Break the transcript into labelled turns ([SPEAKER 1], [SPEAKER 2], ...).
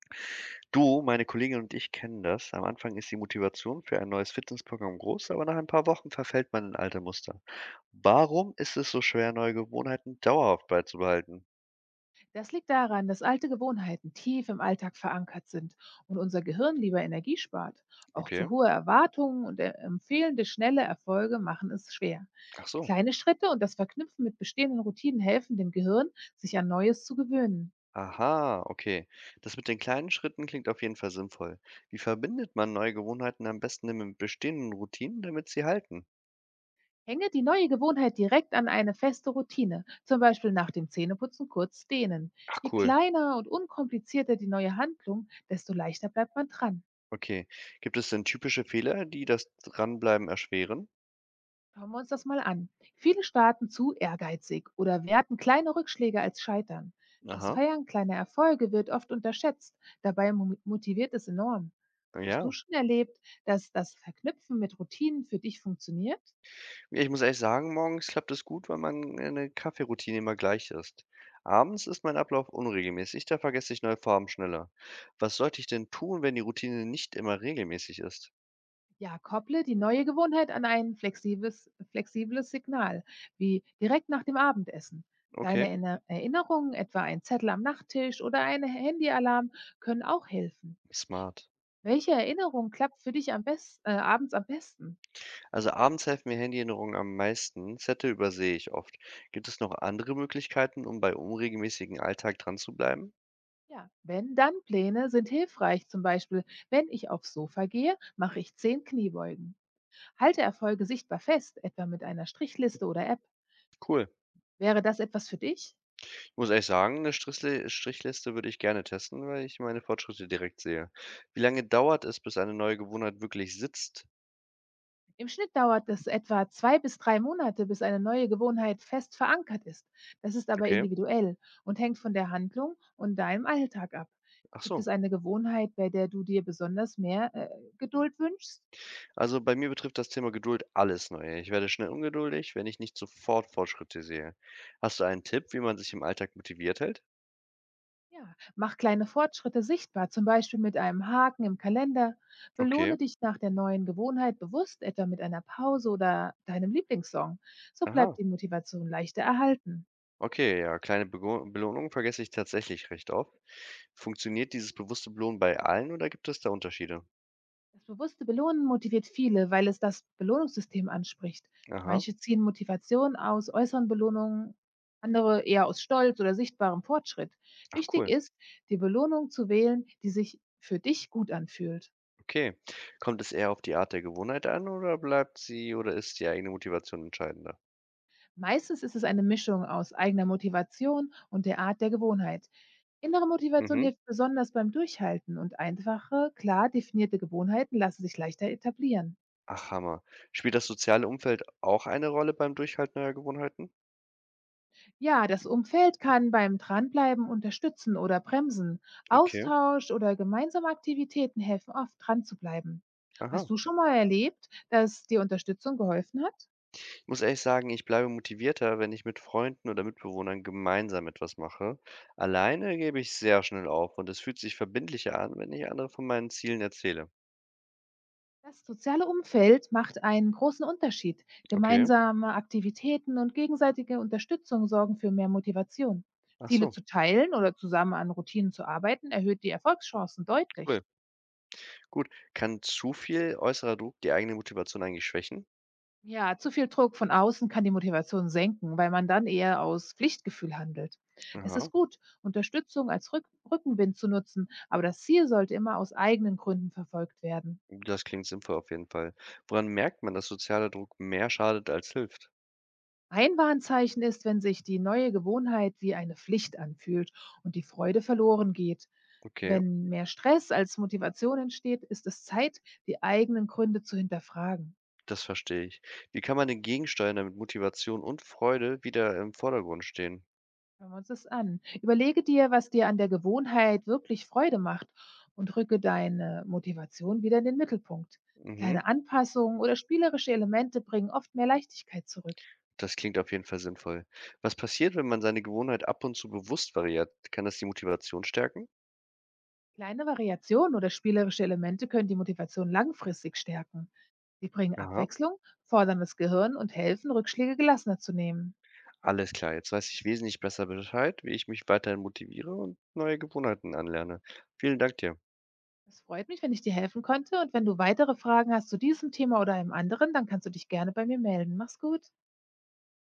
[SPEAKER 1] Du, meine Kollegin und ich kennen das. Am Anfang ist die Motivation für ein neues Fitnessprogramm groß, aber nach ein paar Wochen verfällt man in alte Muster. Warum ist es so schwer, neue Gewohnheiten dauerhaft beizubehalten?
[SPEAKER 2] Das liegt daran, dass alte Gewohnheiten tief im Alltag verankert sind und unser Gehirn lieber Energie spart. Auch
[SPEAKER 1] Okay.
[SPEAKER 2] zu hohe Erwartungen und empfehlende schnelle Erfolge machen es schwer.
[SPEAKER 1] Ach so.
[SPEAKER 2] Kleine Schritte und das Verknüpfen mit bestehenden Routinen helfen dem Gehirn, sich an Neues zu gewöhnen.
[SPEAKER 1] Aha, okay. Das mit den kleinen Schritten klingt auf jeden Fall sinnvoll. Wie verbindet man neue Gewohnheiten am besten denn mit bestehenden Routinen, damit sie halten?
[SPEAKER 2] Hänge die neue Gewohnheit direkt an eine feste Routine, zum Beispiel nach dem Zähneputzen kurz dehnen.
[SPEAKER 1] Ach
[SPEAKER 2] Je
[SPEAKER 1] cool.
[SPEAKER 2] kleiner und unkomplizierter die neue Handlung, desto leichter bleibt man dran.
[SPEAKER 1] Okay. Gibt es denn typische Fehler, die das Dranbleiben erschweren?
[SPEAKER 2] Schauen wir uns das mal an. Viele starten zu ehrgeizig oder werten kleine Rückschläge als Scheitern. Das
[SPEAKER 1] Aha.
[SPEAKER 2] Feiern kleiner Erfolge wird oft unterschätzt, dabei motiviert es enorm. Hast du
[SPEAKER 1] Ja,
[SPEAKER 2] schon erlebt, dass das Verknüpfen mit Routinen für dich funktioniert?
[SPEAKER 1] Ja, ich muss ehrlich sagen, morgens klappt es gut, weil man, 'ne Kaffeeroutine immer gleich ist. Abends ist mein Ablauf unregelmäßig, da vergesse ich neue Farben schneller. Was sollte ich denn tun, wenn die Routine nicht immer regelmäßig ist?
[SPEAKER 2] Ja, kopple die neue Gewohnheit an ein flexibles Signal, wie direkt nach dem Abendessen. Kleine
[SPEAKER 1] Okay,
[SPEAKER 2] Erinnerungen, etwa ein Zettel am Nachttisch oder ein Handyalarm, können auch helfen.
[SPEAKER 1] smart.
[SPEAKER 2] Welche Erinnerung klappt für dich am best abends am besten?
[SPEAKER 1] Also abends helfen mir Handyerinnerungen am meisten, Zettel übersehe ich oft. Gibt es noch andere Möglichkeiten, um bei unregelmäßigen Alltag dran zu bleiben?
[SPEAKER 2] Ja, Wenn-Dann-Pläne sind hilfreich, zum Beispiel: „Wenn ich aufs Sofa gehe, mache ich 10 Kniebeugen.“ Halte Erfolge sichtbar fest, etwa mit einer Strichliste oder App.
[SPEAKER 1] Cool.
[SPEAKER 2] Wäre das etwas für dich?
[SPEAKER 1] Ich muss ehrlich sagen, eine Strichle Strichliste würde ich gerne testen, weil ich meine Fortschritte direkt sehe. Wie lange dauert es, bis eine neue Gewohnheit wirklich sitzt?
[SPEAKER 2] Im Schnitt dauert es etwa 2 bis 3 Monate, bis eine neue Gewohnheit fest verankert ist. Das ist aber
[SPEAKER 1] Okay.
[SPEAKER 2] individuell und hängt von der Handlung und deinem Alltag ab.
[SPEAKER 1] Ach
[SPEAKER 2] Gibt
[SPEAKER 1] so.
[SPEAKER 2] es eine Gewohnheit, bei der du dir besonders mehr, Geduld wünschst?
[SPEAKER 1] Also, bei mir betrifft das Thema Geduld alles Neue. Ich werde schnell ungeduldig, wenn ich nicht sofort Fortschritte sehe. Hast du einen Tipp, wie man sich im Alltag motiviert hält?
[SPEAKER 2] Ja, mach kleine Fortschritte sichtbar, zum Beispiel mit einem Haken im Kalender.
[SPEAKER 1] Okay.
[SPEAKER 2] Belohne dich nach der neuen Gewohnheit bewusst, etwa mit einer Pause oder deinem Lieblingssong. So
[SPEAKER 1] Aha.
[SPEAKER 2] bleibt die Motivation leichter erhalten.
[SPEAKER 1] Okay, ja, kleine Bego Belohnungen vergesse ich tatsächlich recht oft. Funktioniert dieses bewusste Belohnen bei allen oder gibt es da Unterschiede?
[SPEAKER 2] Das bewusste Belohnen motiviert viele, weil es das Belohnungssystem anspricht.
[SPEAKER 1] Aha.
[SPEAKER 2] Manche ziehen Motivation aus äußeren Belohnungen, andere eher aus Stolz oder sichtbarem Fortschritt.
[SPEAKER 1] Ach
[SPEAKER 2] Wichtig
[SPEAKER 1] cool.
[SPEAKER 2] ist, die Belohnung zu wählen, die sich für dich gut anfühlt.
[SPEAKER 1] Okay. Kommt es eher auf die Art der Gewohnheit an oder bleibt sie oder ist die eigene Motivation entscheidender?
[SPEAKER 2] Meistens ist es eine Mischung aus eigener Motivation und der Art der Gewohnheit. Innere Motivation
[SPEAKER 1] Mhm.
[SPEAKER 2] hilft besonders beim Durchhalten und einfache, klar definierte Gewohnheiten lassen sich leichter etablieren.
[SPEAKER 1] Ach, Hammer. Spielt das soziale Umfeld auch eine Rolle beim Durchhalten neuer Gewohnheiten?
[SPEAKER 2] Ja, das Umfeld kann beim Dranbleiben unterstützen oder bremsen.
[SPEAKER 1] Okay.
[SPEAKER 2] Austausch oder gemeinsame Aktivitäten helfen oft, dran zu bleiben. Hast
[SPEAKER 1] Aha.
[SPEAKER 2] du schon mal erlebt, dass dir Unterstützung geholfen hat?
[SPEAKER 1] Muss ehrlich sagen, ich bleibe motivierter, wenn ich mit Freunden oder Mitbewohnern gemeinsam etwas mache. Alleine gebe ich sehr schnell auf und es fühlt sich verbindlicher an, wenn ich anderen von meinen Zielen erzähle.
[SPEAKER 2] Das soziale Umfeld macht einen großen Unterschied.
[SPEAKER 1] Okay.
[SPEAKER 2] Gemeinsame Aktivitäten und gegenseitige Unterstützung sorgen für mehr Motivation.
[SPEAKER 1] Ach
[SPEAKER 2] Ziele
[SPEAKER 1] so,
[SPEAKER 2] zu teilen oder zusammen an Routinen zu arbeiten erhöht die Erfolgschancen deutlich.
[SPEAKER 1] cool. Gut. Kann zu viel äußerer Druck die eigene Motivation eigentlich schwächen?
[SPEAKER 2] Ja, zu viel Druck von außen kann die Motivation senken, weil man dann eher aus Pflichtgefühl handelt. Es
[SPEAKER 1] Aha.
[SPEAKER 2] ist gut, Unterstützung als Rückenwind zu nutzen, aber das Ziel sollte immer aus eigenen Gründen verfolgt werden.
[SPEAKER 1] Das klingt sinnvoll auf jeden Fall. Woran merkt man, dass sozialer Druck mehr schadet als hilft?
[SPEAKER 2] Ein Warnzeichen ist, wenn sich die neue Gewohnheit wie eine Pflicht anfühlt und die Freude verloren geht.
[SPEAKER 1] Okay.
[SPEAKER 2] Wenn mehr Stress als Motivation entsteht, ist es Zeit, die eigenen Gründe zu hinterfragen.
[SPEAKER 1] Das verstehe ich. Wie kann man denn gegensteuern, damit Motivation und Freude wieder im Vordergrund stehen?
[SPEAKER 2] Schauen wir uns das an. Überlege dir, was dir an der Gewohnheit wirklich Freude macht und rücke deine Motivation wieder in den Mittelpunkt.
[SPEAKER 1] Mhm.
[SPEAKER 2] Kleine Anpassungen oder spielerische Elemente bringen oft mehr Leichtigkeit zurück.
[SPEAKER 1] Das klingt auf jeden Fall sinnvoll. Was passiert, wenn man seine Gewohnheit ab und zu bewusst variiert? Kann das die Motivation stärken?
[SPEAKER 2] Kleine Variationen oder spielerische Elemente können die Motivation langfristig stärken. Sie bringen
[SPEAKER 1] Aha,
[SPEAKER 2] Abwechslung, fordern das Gehirn und helfen, Rückschläge gelassener zu nehmen.
[SPEAKER 1] alles klar. Jetzt weiß ich wesentlich besser Bescheid, wie ich mich weiterhin motiviere und neue Gewohnheiten anlerne. Vielen Dank dir.
[SPEAKER 2] Es freut mich, wenn ich dir helfen konnte und wenn du weitere Fragen hast zu diesem Thema oder einem anderen, dann kannst du dich gerne bei mir melden. Mach's gut.